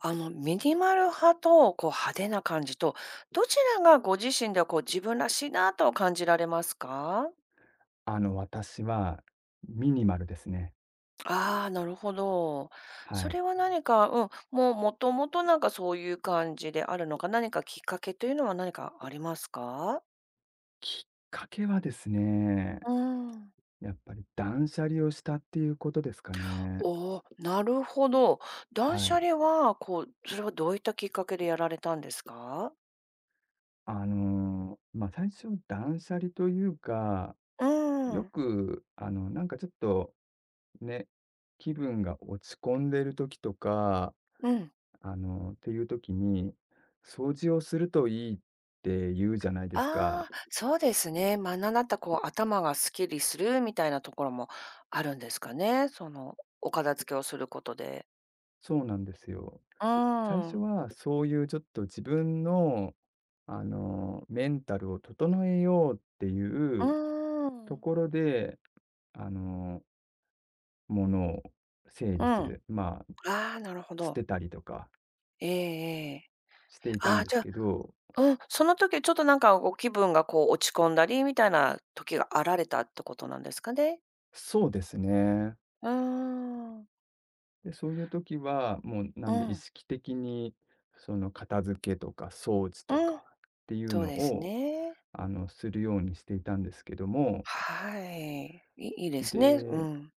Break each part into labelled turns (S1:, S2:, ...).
S1: ミニマル派と、こう、派手な感じと、どちらがご自身で、こう、自分らしいなと感じられますか？
S2: 私はミニマルですね。
S1: ああ、なるほど。
S2: は
S1: そ
S2: い。
S1: れは何か、もう、もともとなんかそういう感じであるのか、何かきっかけというのは何かありますか？
S2: きっかけはですね、
S1: うーん。
S2: やっぱり断捨離をしたっていうことですかね。
S1: おお、なるほど。断
S2: は
S1: 捨
S2: い。
S1: 離は、こう、それはどういったきっかけでやられたんですか？
S2: 最初断捨離というか、
S1: う
S2: よ
S1: ん。
S2: く、ちょっとね、気分が落ち込んでる時とか、
S1: うん。
S2: っていう時に、掃除をするといいって言うじゃないですか。
S1: ああ、そうですね。まあ、なんだったらこう頭がすっきりするみたいなところもあるんですかね。その、お片付けをすることで。
S2: そうなんですよ。
S1: う
S2: 最
S1: ー
S2: 初
S1: ん。
S2: はそういうちょっと自分の、メンタルを整えようってい
S1: う
S2: う
S1: ー
S2: と
S1: ん。
S2: ころで、あの、ものを整
S1: う
S2: 理
S1: ん。
S2: す
S1: あ
S2: る、
S1: あ、なるほ
S2: 捨
S1: ど。
S2: てたりとか
S1: ええええ。
S2: していた
S1: あ
S2: ん
S1: あ、
S2: で
S1: じ
S2: す
S1: ゃあ、
S2: けど、
S1: うん、その時ちょっとなんかご気分がこう落ち込んだりみたいな時があられたってことなんですかね。
S2: そうですね。
S1: うーん。
S2: で、そういう時は、もうな
S1: う
S2: んで意
S1: ん。
S2: 識的に、その片付けとか掃除と
S1: うん。
S2: かっていう
S1: そう
S2: の
S1: です
S2: を、
S1: ね。
S2: するようにしていたんですけども、
S1: はい。いいいですね。う
S2: で、
S1: ん。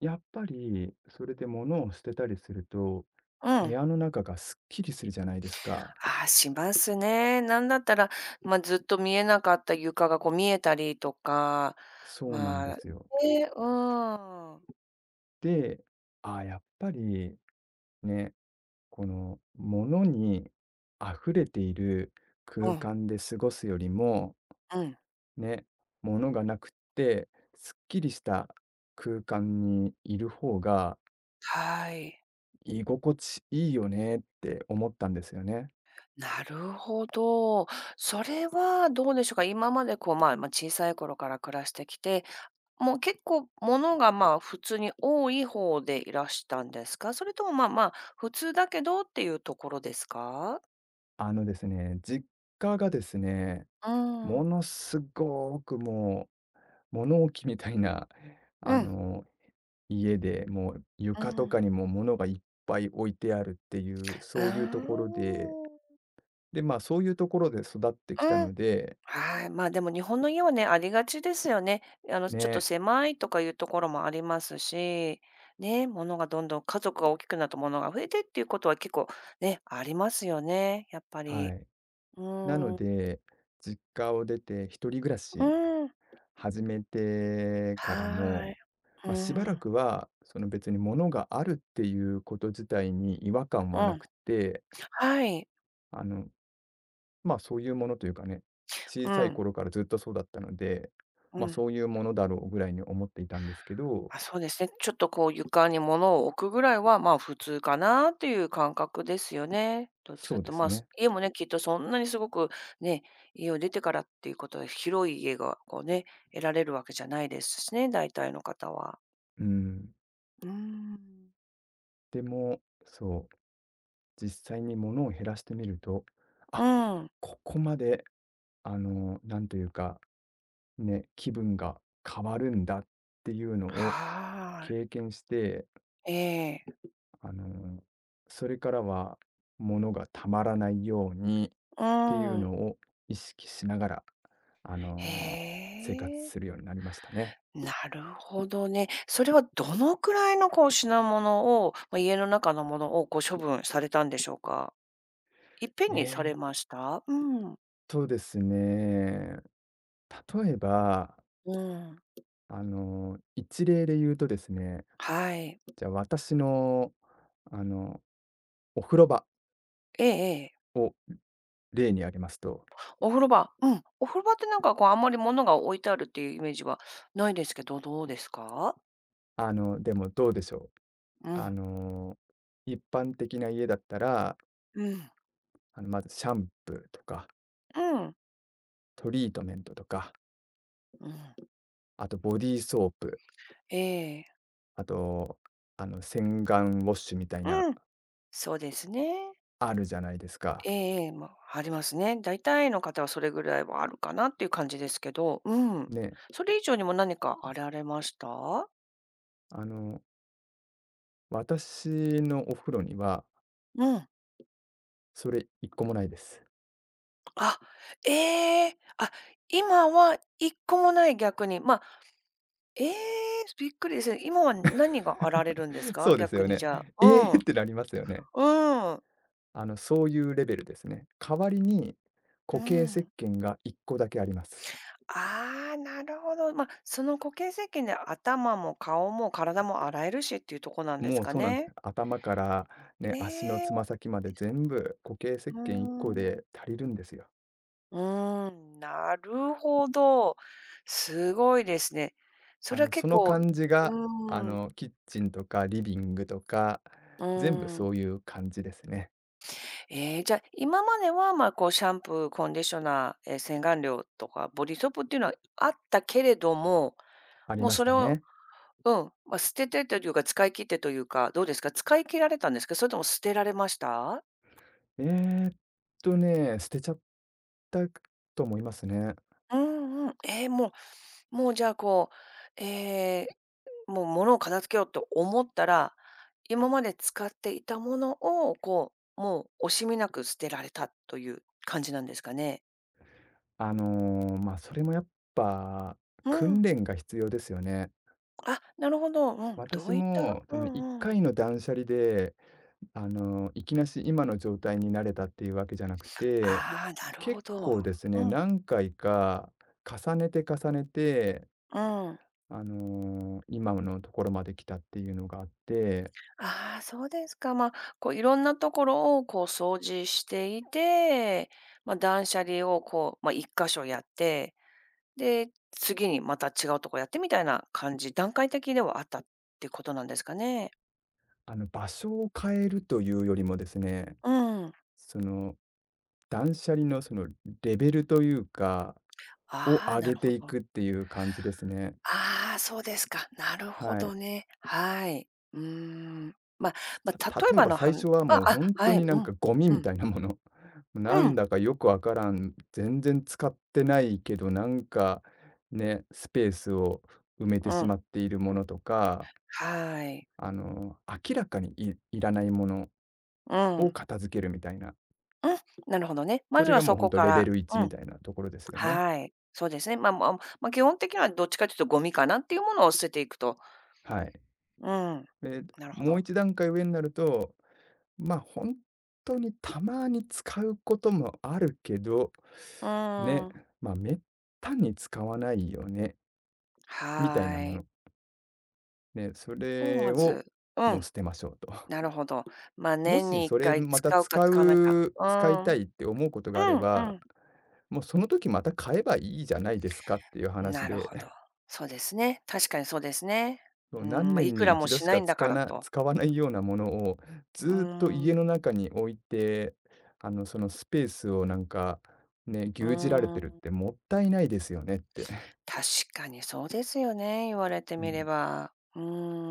S2: やっぱり、それで物を捨てたりすると、
S1: う
S2: 部
S1: ん。
S2: 屋の中がすっきりするじゃないですか。
S1: ああ、しますね。なんだったら、まあ、ずっと見えなかった床がこう見えたりとか、
S2: そうなんで
S1: まあ、
S2: すよ。
S1: ね、うん。
S2: で、ああ、やっぱりね、この物に溢れている
S1: う
S2: 空
S1: ん、
S2: 間で過ごすよりも、
S1: うん、
S2: ね、物がなくって、すっきりした空間にいる方が
S1: はい。
S2: 居心地いいよねって思ったんですよね。
S1: なるほど。それはどうでしょうか。今までこう、まあ、まあ、小さい頃から暮らしてきて、もう結構物が、まあ、普通に多い方でいらしたんですか？それとも、まあまあ、普通だけどっていうところですか？
S2: ですね、実家がですね、
S1: う
S2: も
S1: ん。
S2: のすごくもう、物置みたいな、あ
S1: うん、
S2: の、家で、もう
S1: う
S2: 床と
S1: ん。
S2: かにも物がいっぱい置いてあるっていう、
S1: う
S2: そういうと
S1: ー
S2: ころ
S1: ん。
S2: で、で、そういうところで育ってきた
S1: うん。
S2: ので、
S1: はい。まあでも日本の家はね、ありがちですよね。ちょっと
S2: ね、
S1: 狭いとかいうところもありますし、ね、物がどんどん家族が大きくなると物が増えてっていうことは結構ね、ありますよね、やっぱ
S2: は
S1: り。
S2: い。
S1: う
S2: なの
S1: ーん。
S2: で、実家を出て一人暮らし
S1: うん。
S2: 始めてから
S1: は
S2: も、
S1: い。うー
S2: しばら
S1: ん。
S2: くは、その別に物があるっていうこと自体に違和感
S1: う
S2: はな
S1: ん。
S2: くて、
S1: はい。
S2: あの、そういうものというかね、小
S1: う
S2: さい
S1: ん。
S2: 頃からずっとそうだったので、
S1: うん。
S2: そういうものだろうぐらいに思っていたんですけど、
S1: あ、そうですね。ちょっとこう床に物を置くぐらいは、まあ普通かなっていう感覚ですよね。どっち
S2: そ
S1: かっ
S2: うで
S1: ていうと、
S2: す
S1: まあ、す
S2: ね。
S1: 家もね、きっとそんなにすごくね、家を出てからっていうことは広い家がこうね、得られるわけじゃないですしね、大体の方は。
S2: うん。
S1: うーん。
S2: でも、そう、実際にものを減らしてみると、
S1: う
S2: あ、
S1: ん。
S2: ここまで、なんというか、ね、気分が変わるんだっていうのを
S1: はーい。
S2: 経験して、
S1: ええ。
S2: あの、それからは物がたまらないようにっ
S1: う
S2: ていうの
S1: ん。
S2: を意識しながら、あの、
S1: へ
S2: 生活
S1: え。
S2: するようになりましたね。
S1: なるほどね。それはどのくらいのこう品物を、まあ、家の中のものをこう処分されたんでしょうか？いっぺんにさ
S2: えー
S1: れ
S2: っ
S1: ました？うん。
S2: ですね、例えば、
S1: うん。
S2: 一例で言うとですね、
S1: はい。
S2: じゃあ私の、あの、お風呂場
S1: ええええ。
S2: を例に挙げますと、
S1: お風呂場、お風呂場ってなんかこうあんまり物が置いてあるっていうイメージはないですけど、どうですか？
S2: でもどうでしょう。
S1: う
S2: あ
S1: ん。
S2: の、一般的な家だったら、
S1: うん。
S2: まずシャンプーとか、
S1: うん。
S2: トリートメントとか、
S1: うん。
S2: あとボディーソープ、
S1: ええ。
S2: あと、洗顔ウォッシュみたいな、
S1: うん、そうですね。
S2: あるじゃないですか。
S1: ええええ、ま、ありますね。大体の方はそれぐらいはあるかなっていう感じですけど、うん。
S2: ね、
S1: それ以上にも何かあられました？
S2: あの、私のお風呂には、
S1: うん。
S2: それ一個もないです。
S1: あ、ええ、あ、今は一個もない逆に。まええ、びっくりですね。今は何があられるんです か？
S2: そうです
S1: 逆
S2: よ
S1: に
S2: ね。
S1: じゃ
S2: えーっ
S1: あ。
S2: てなりますよね。
S1: うん。うん。
S2: そういうレベルですね。代わりに、
S1: う
S2: 固形石
S1: ん。
S2: 鹸が一個だけあります。
S1: ああ、なるほど。ま、その固形石鹸で頭も顔も体も洗えるしっていうとこなんで
S2: も
S1: す
S2: う
S1: か
S2: そうなんです。
S1: ね。
S2: 頭からね、足の
S1: ええ、
S2: つま先まで全部固形石
S1: うー
S2: 鹸一個
S1: ん。
S2: で足りるんですよ。
S1: うーん、なるほど。すごいですね。それは
S2: そ
S1: 結
S2: の
S1: 構
S2: 感じ
S1: う
S2: が、
S1: ーん、
S2: キッチンとかリビングとか、
S1: う
S2: 全部
S1: ーん。
S2: そういう感じですね。
S1: ええ、じゃ、今までは、ま、こうシャンプー、コンディショナー、え、洗顔料とかボディソープっていうのはあったけれども、
S2: あり
S1: もう
S2: まし
S1: それ
S2: た
S1: を
S2: ね。
S1: うん、まあ、捨ててというか、使い切ってというか、どうですか？使い切られたんですか？それとも捨てられました？
S2: えーっ捨てちゃったと思いますね。
S1: うんうん。もうもうじゃあ、こう、えもう物を片付けようと思ったら、今まで使っていたものを、こう、もう惜しみなく捨てられたという感じなんですかね？
S2: それもやっぱ、
S1: う
S2: 訓
S1: ん。
S2: 練が必要ですよね。
S1: あ、なるほど。うん。ど
S2: 私
S1: ういった
S2: も、そ
S1: う
S2: の一
S1: んうん。
S2: 回の断捨離で、いきなし今の状態になれたっていうわけじゃなくて、
S1: ああ、なる
S2: 結
S1: ほど。
S2: 構ですね、
S1: うん、
S2: 何回か重ねて重ねて、
S1: うん。
S2: 今のところまで来たっていうのがあって、
S1: ああ、そうですか。まあ、こういろんなところをこう掃除していて、まあ、断捨離をこう、まあ、一箇所やって、で、次にまた違うとこやってみたいな感じ、段階的ではあったってことなんですかね？
S2: 場所を変えるというよりもですね、
S1: うん。
S2: その、断捨離のそのレベルというか、を
S1: ああ、
S2: 上
S1: な
S2: げ
S1: るほ
S2: てい
S1: ど。
S2: くっていう感じですね。
S1: ああ、そうですか。なるほ
S2: はい。
S1: どね。はい。うーん。まあまあ、例え
S2: 例え
S1: ば
S2: ば
S1: のは
S2: 最
S1: ん
S2: 初は
S1: あ、
S2: もう
S1: あ、
S2: 本当
S1: はい、
S2: にな
S1: う
S2: ん
S1: ん。
S2: かゴミ
S1: う
S2: み
S1: ん。
S2: たいなもの、な
S1: うん。
S2: んだかよくわからん、全然使ってないけど、なんかね、スペースを埋めて
S1: う
S2: し
S1: ん。
S2: まっているものとか、
S1: はい。
S2: 明らかにいいらないもの
S1: う
S2: を
S1: ん。
S2: 片付けるみたいな、
S1: うん、なるほどね。ま
S2: そ
S1: ず
S2: れが
S1: は
S2: も
S1: そ
S2: う本
S1: こ
S2: 当
S1: か
S2: レベ
S1: ら。
S2: ル1
S1: う
S2: み
S1: ん。
S2: たいなところですよね。
S1: はい。そうですね。まあまあまあ、基本的にはどっちかというとゴミかなっていうものを捨てていくと。
S2: はい。
S1: うん、
S2: で、
S1: なるほ
S2: もう
S1: ど。
S2: 一段階上になると、本当にたまに使うこともあるけど、
S1: う
S2: ね、
S1: ーん、
S2: めったに使わないよね、みたいな
S1: は
S2: も
S1: い。
S2: の。ね、そ
S1: を
S2: れ
S1: ま
S2: を
S1: ずう
S2: もう
S1: ん、
S2: 捨てましょうと。
S1: なるほど。ま、あ、
S2: も
S1: 年
S2: し
S1: に1
S2: それ
S1: 回
S2: また
S1: 使うか使わないか。う
S2: 使い
S1: ん。う
S2: た
S1: ん
S2: いって思うことがあれ
S1: う
S2: ば、
S1: ん。
S2: もうその時また買えばいいじゃないですかっていう話
S1: なるほど。
S2: で。
S1: そうですね。確かにそうですね。
S2: そう、
S1: う
S2: 何
S1: ん、まあ、い
S2: 年
S1: く
S2: に
S1: らも
S2: 一度
S1: し
S2: し
S1: な
S2: か
S1: いんだからと。
S2: 使わないようなものを、ず
S1: う
S2: ーっと
S1: ん、
S2: 家
S1: う
S2: の中に置いて、そのスペースをなんか、ね、牛耳られてるっ
S1: ん、
S2: てもったいないですよねって。
S1: 確かにそうですよね、言われて
S2: う
S1: みれ
S2: ん、
S1: ば。う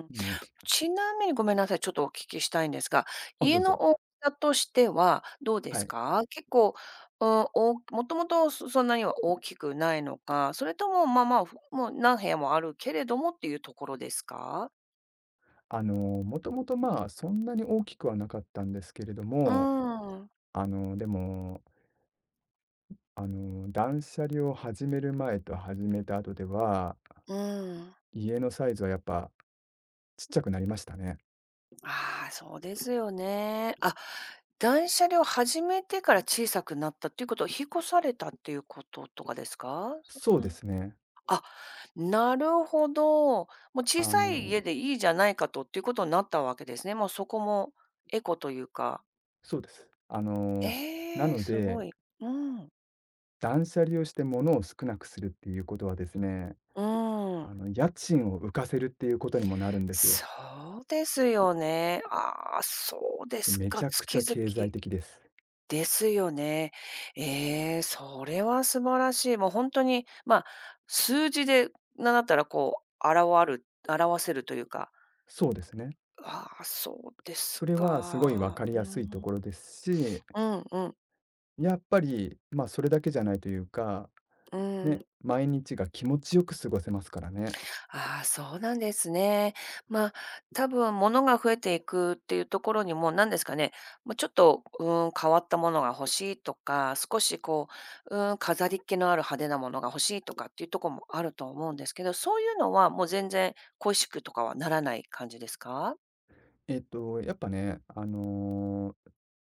S1: ん。
S2: ね。
S1: ちなみにごめんなさい、ちょっとお聞きしたいんですが、
S2: あ、ど
S1: 家
S2: う
S1: の
S2: ぞ。
S1: 大きさとしてはどうで
S2: は
S1: す
S2: い。
S1: か？結構、うん、もともとそんなには大きくないのか、それとも、まあまあ、もう何部屋もあるけれどもっていうところですか？
S2: あの、もともと、そんなに大きくはなかったんですけれど
S1: うー
S2: も、
S1: ん、
S2: でも、断捨離を始める前と始めた後では、
S1: うーん。
S2: 家のサイズはやっぱちっちゃくなりましたね。
S1: ああ、そうですよね。あ、断捨離を始めてから小さくなったっていうことは、引っ越されたっていうこととかですか？
S2: そう
S1: う
S2: で
S1: ん。
S2: すね。
S1: あ、なるほど。もう小
S2: あ
S1: さい
S2: の
S1: 家でいいじゃないかとっていうことになったわけですね。もうそこもエコというか。
S2: そうです。な
S1: ええ、
S2: の
S1: すご
S2: で、
S1: い。うん。
S2: 断捨離をして物を少なくするっていうことはですね、
S1: うん。
S2: 家賃を浮かせるっていうことにもなるんですよ。
S1: そうですよね。ああ、そうで
S2: そう、
S1: す
S2: めち
S1: か。
S2: ゃくち
S1: 月
S2: ゃ
S1: 々。
S2: 経済的です。
S1: ですよね。ええ、それは素晴らしい。もう本当に、ま、あ、数字で、なんだったらこう、表せるというか。
S2: そうですね。
S1: ああ、そうです
S2: それはすごいわ
S1: か。
S2: かり
S1: うー
S2: やすいと
S1: ん。
S2: ころですし、
S1: うんうん、
S2: やっぱり、それだけじゃないというか、
S1: う
S2: ね、
S1: ん。
S2: 毎日が気持ちよく過ごせますからね。
S1: ああ、そうなんですね。まあ、多分物が増えていくっていうところにも、何ですかね、まあ、ちょっと、変わったものが欲しいとか、少しこう、飾りっ気のある派手なものが欲しいとかっていうところもあると思うんですけど、そういうのはもう全然恋しくとかはならない感じですか？
S2: やっぱね、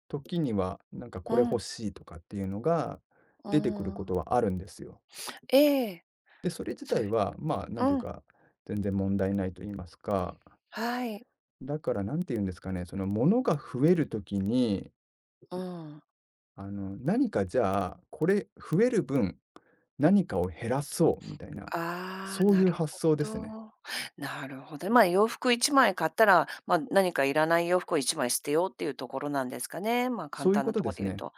S2: 時には、なんか
S1: う
S2: これ欲
S1: ん、
S2: しいとかっていうのが
S1: う
S2: 出てくること
S1: ん。
S2: はあるんですよ。
S1: ええ、
S2: で、それ自
S1: そうい
S2: 体
S1: う
S2: は、なんてい
S1: う
S2: う
S1: ん、
S2: か、全然問題ないと言いますか、
S1: はい、
S2: だからなんて言うんですかね、その物が増えるときに、
S1: うん。
S2: 何かじゃあ、これ増える分、何かを減らそうみたいな、
S1: ああ、
S2: そうい
S1: な
S2: う
S1: る
S2: 発
S1: ほ
S2: 想で
S1: ど。
S2: すね。
S1: なるほど。まあ、洋服1枚買ったら、まあ、何かいらない洋服を1枚捨てようっていうところなんですかね。まあ、簡
S2: そういう
S1: 単
S2: こ
S1: な
S2: と
S1: と
S2: で
S1: ころ
S2: す
S1: で言う
S2: ね。
S1: と。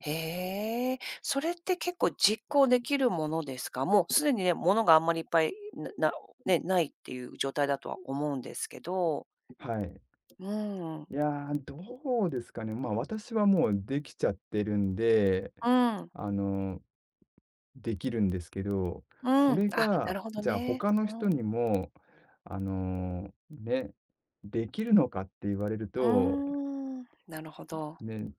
S1: へえ、それって結構実行できるものですか？もうすでにね、物があんまりいっぱい、ななね、ないっていう状態だとは思うんですけど。
S2: はい。
S1: うー
S2: い
S1: ん。
S2: やー、どうですかね、私はもうできちゃってるんで、
S1: うん。
S2: あのできるんですけど、
S1: うん。
S2: これ
S1: あ、な
S2: が、
S1: るほど
S2: じゃあ
S1: ね。
S2: 他の
S1: う
S2: 人に
S1: ん。
S2: も、ね、できるのかって言われる
S1: うー
S2: と、
S1: ん、なるほど。
S2: ね、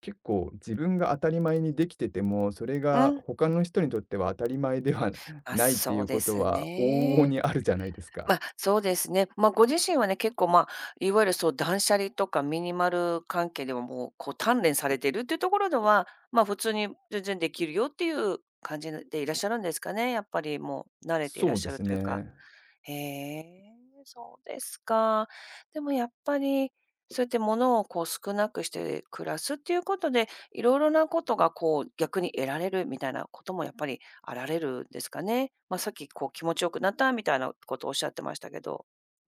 S2: 結構自分が当たり前にできてても、それ
S1: う
S2: が
S1: ん。
S2: 他の人にとっては当たり前では
S1: あ、
S2: ないってい
S1: そう
S2: う
S1: で
S2: こと
S1: す
S2: は往々
S1: ね。
S2: にあるじゃないですか。
S1: まあ、そうですね。まあ、ご自身はね、結構、ま、あいわゆるそう断捨離とかミニマル関係でももう、こう、鍛錬されてるっていうところでは、ま、あ普通に全然できるよっていう感じでいらっしゃるんですかね？やっぱりもう慣れていら
S2: そ
S1: っ
S2: う
S1: し
S2: で
S1: ゃる
S2: す
S1: というか。
S2: ね。
S1: へえ、そうですか。でもやっぱり、そうやって物をこう少なくして暮らすっていうことで、いろいろなことがこう逆に得られるみたいなこともやっぱりあられるんですかね。まあ、さっきこう気持ちよくなったみたいなことをおっしゃってましたけど。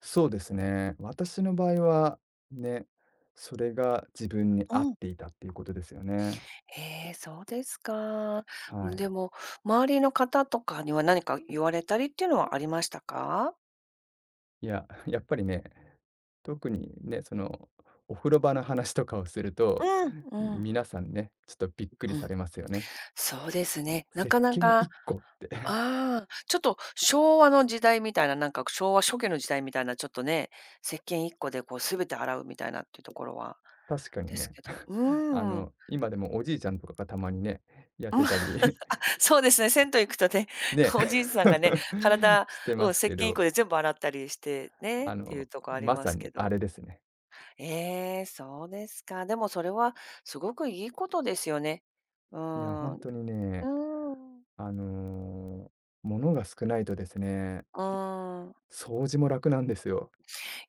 S2: そうですね。私の場合は、ね、それが自分に合
S1: う
S2: っ
S1: ん。
S2: ていたっていうことですよね。
S1: へえ、そうですか。う
S2: は
S1: ん、で
S2: い。
S1: も、周りの方とかには何か言われたりっていうのはありましたか？
S2: いや、やっぱりね、特にね、その、お風呂場の話とかをすると、
S1: うん。うん。
S2: 皆さんね、ちょっとびっくり
S1: う
S2: さ
S1: ん、
S2: れますよね。
S1: そうですね。な
S2: 石
S1: かな
S2: 鹸
S1: か
S2: 1個って。
S1: ああ、ちょっと昭和の時代みたいな、なんか昭和初期の時代みたいな、ちょっとね、石鹸一個でこう全て洗うみたいなっていうところは
S2: 確かに
S1: です
S2: ね、
S1: けど、う ーん。
S2: 今でもおじいちゃんとかがたまにね、やってたり、
S1: そうですね、銭湯行くとね、
S2: ね、
S1: おじいさんがね、体、
S2: して
S1: う
S2: ま
S1: ん、
S2: す
S1: 石
S2: け
S1: 鹸一個
S2: ど、
S1: で全部洗ったりしてね、っていうとこあり
S2: ま
S1: ま
S2: さ
S1: すけ
S2: にあ
S1: ど。
S2: れですね。
S1: ええ、そうですか。でもそれはすごくいいことですよね。うー
S2: いや、
S1: ん。
S2: 本
S1: う
S2: 当にね、
S1: ーん。
S2: あの、物が少ないとですね、
S1: うーん。
S2: 掃除も楽なんですよ。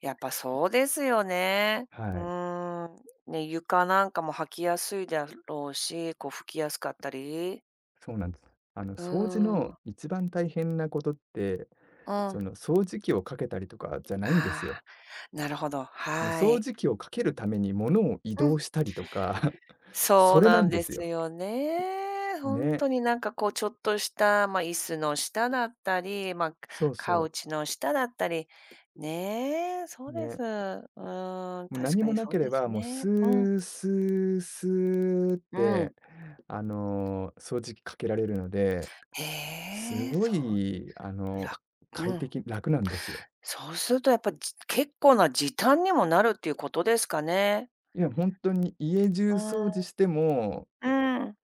S1: やっぱそうですよね。う
S2: はい。
S1: ーん。ね、床なんかも履きやすいだろうし、こう拭きやすかったり。
S2: そうなんです。
S1: う
S2: 掃除
S1: ーん。
S2: の一番大変なことって、
S1: う
S2: そ
S1: ん。
S2: の掃除機をかけたりとかじゃないんです
S1: ああ、
S2: よ。
S1: なるほど、
S2: その
S1: は
S2: 掃
S1: い。
S2: 除機をかけるために物を移
S1: うん。
S2: 動したりとか、そ
S1: そう
S2: れな
S1: な
S2: ん
S1: ん
S2: で
S1: で
S2: す
S1: す
S2: よ。
S1: よね。ほん
S2: ね。
S1: とになんかこうちょっとした、ま、椅子の下だったり、ま、
S2: そう
S1: カウ
S2: そ
S1: チの下だったり、ね、そ
S2: う。
S1: うで
S2: ね。
S1: す。うーん、
S2: もう
S1: 確
S2: 何
S1: か
S2: も
S1: に
S2: な
S1: そう
S2: けれ
S1: で
S2: ば、
S1: す
S2: もう
S1: ね。
S2: ス
S1: うん、
S2: ースースーっ
S1: う
S2: て、
S1: ん。
S2: 掃除機かけられるので、
S1: へ
S2: す
S1: え、
S2: ご
S1: そう、
S2: い、
S1: らう
S2: 快
S1: ん。
S2: 適、楽なんですよ。
S1: そうするとやっぱ、結構な時短にもなるっていうことですかね。
S2: いや、本当に家中
S1: うー
S2: 掃
S1: ん、
S2: 除しても
S1: うん。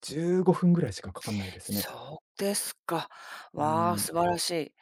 S2: 15分ぐらいしかかかんないですね。
S1: そうですか。
S2: うー
S1: わあ、
S2: ん、
S1: 素晴らしい。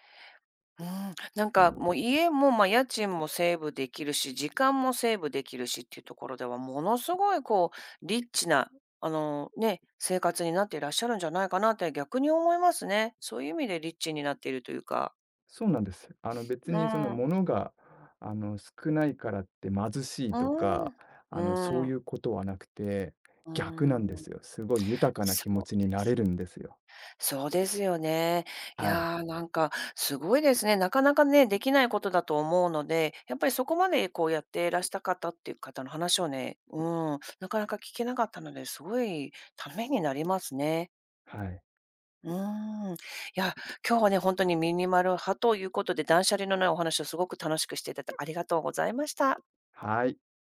S1: うん、なん
S2: そ
S1: か
S2: う
S1: もう家も、ま、家賃もセーブできるし、時間もセーブできるしっていうところでは、ものすごいこうリッチな、ね、生活になっていらっしゃるんじゃないかなって逆に思いますね。そういう意味でリッチになっているというか。
S2: そうなんです。別
S1: う
S2: にその
S1: ん、
S2: 物が、少ないからって貧しい
S1: う
S2: と
S1: ー
S2: か、
S1: ん、
S2: そ
S1: う
S2: う
S1: ーん、
S2: いうことはなくて、
S1: う
S2: 逆なんで
S1: ーん、
S2: すよ。すごい豊かな
S1: そ
S2: 気持
S1: う
S2: ちに
S1: で
S2: なれ
S1: す。
S2: るんですよ。
S1: そうですよね。い
S2: はい、
S1: やー、なんかすごいですね。なかなかね、できないことだと思うので、やっぱりそこまでこうやっていらした方っていう方の話をね、なかなか聞けなかったので、すごいためになりますね。
S2: はい、
S1: うーん。いや、今日はね、本当にミニマル派ということで、断捨離のないお話をすごく楽しくしていただいてありがとうございました。
S2: はい。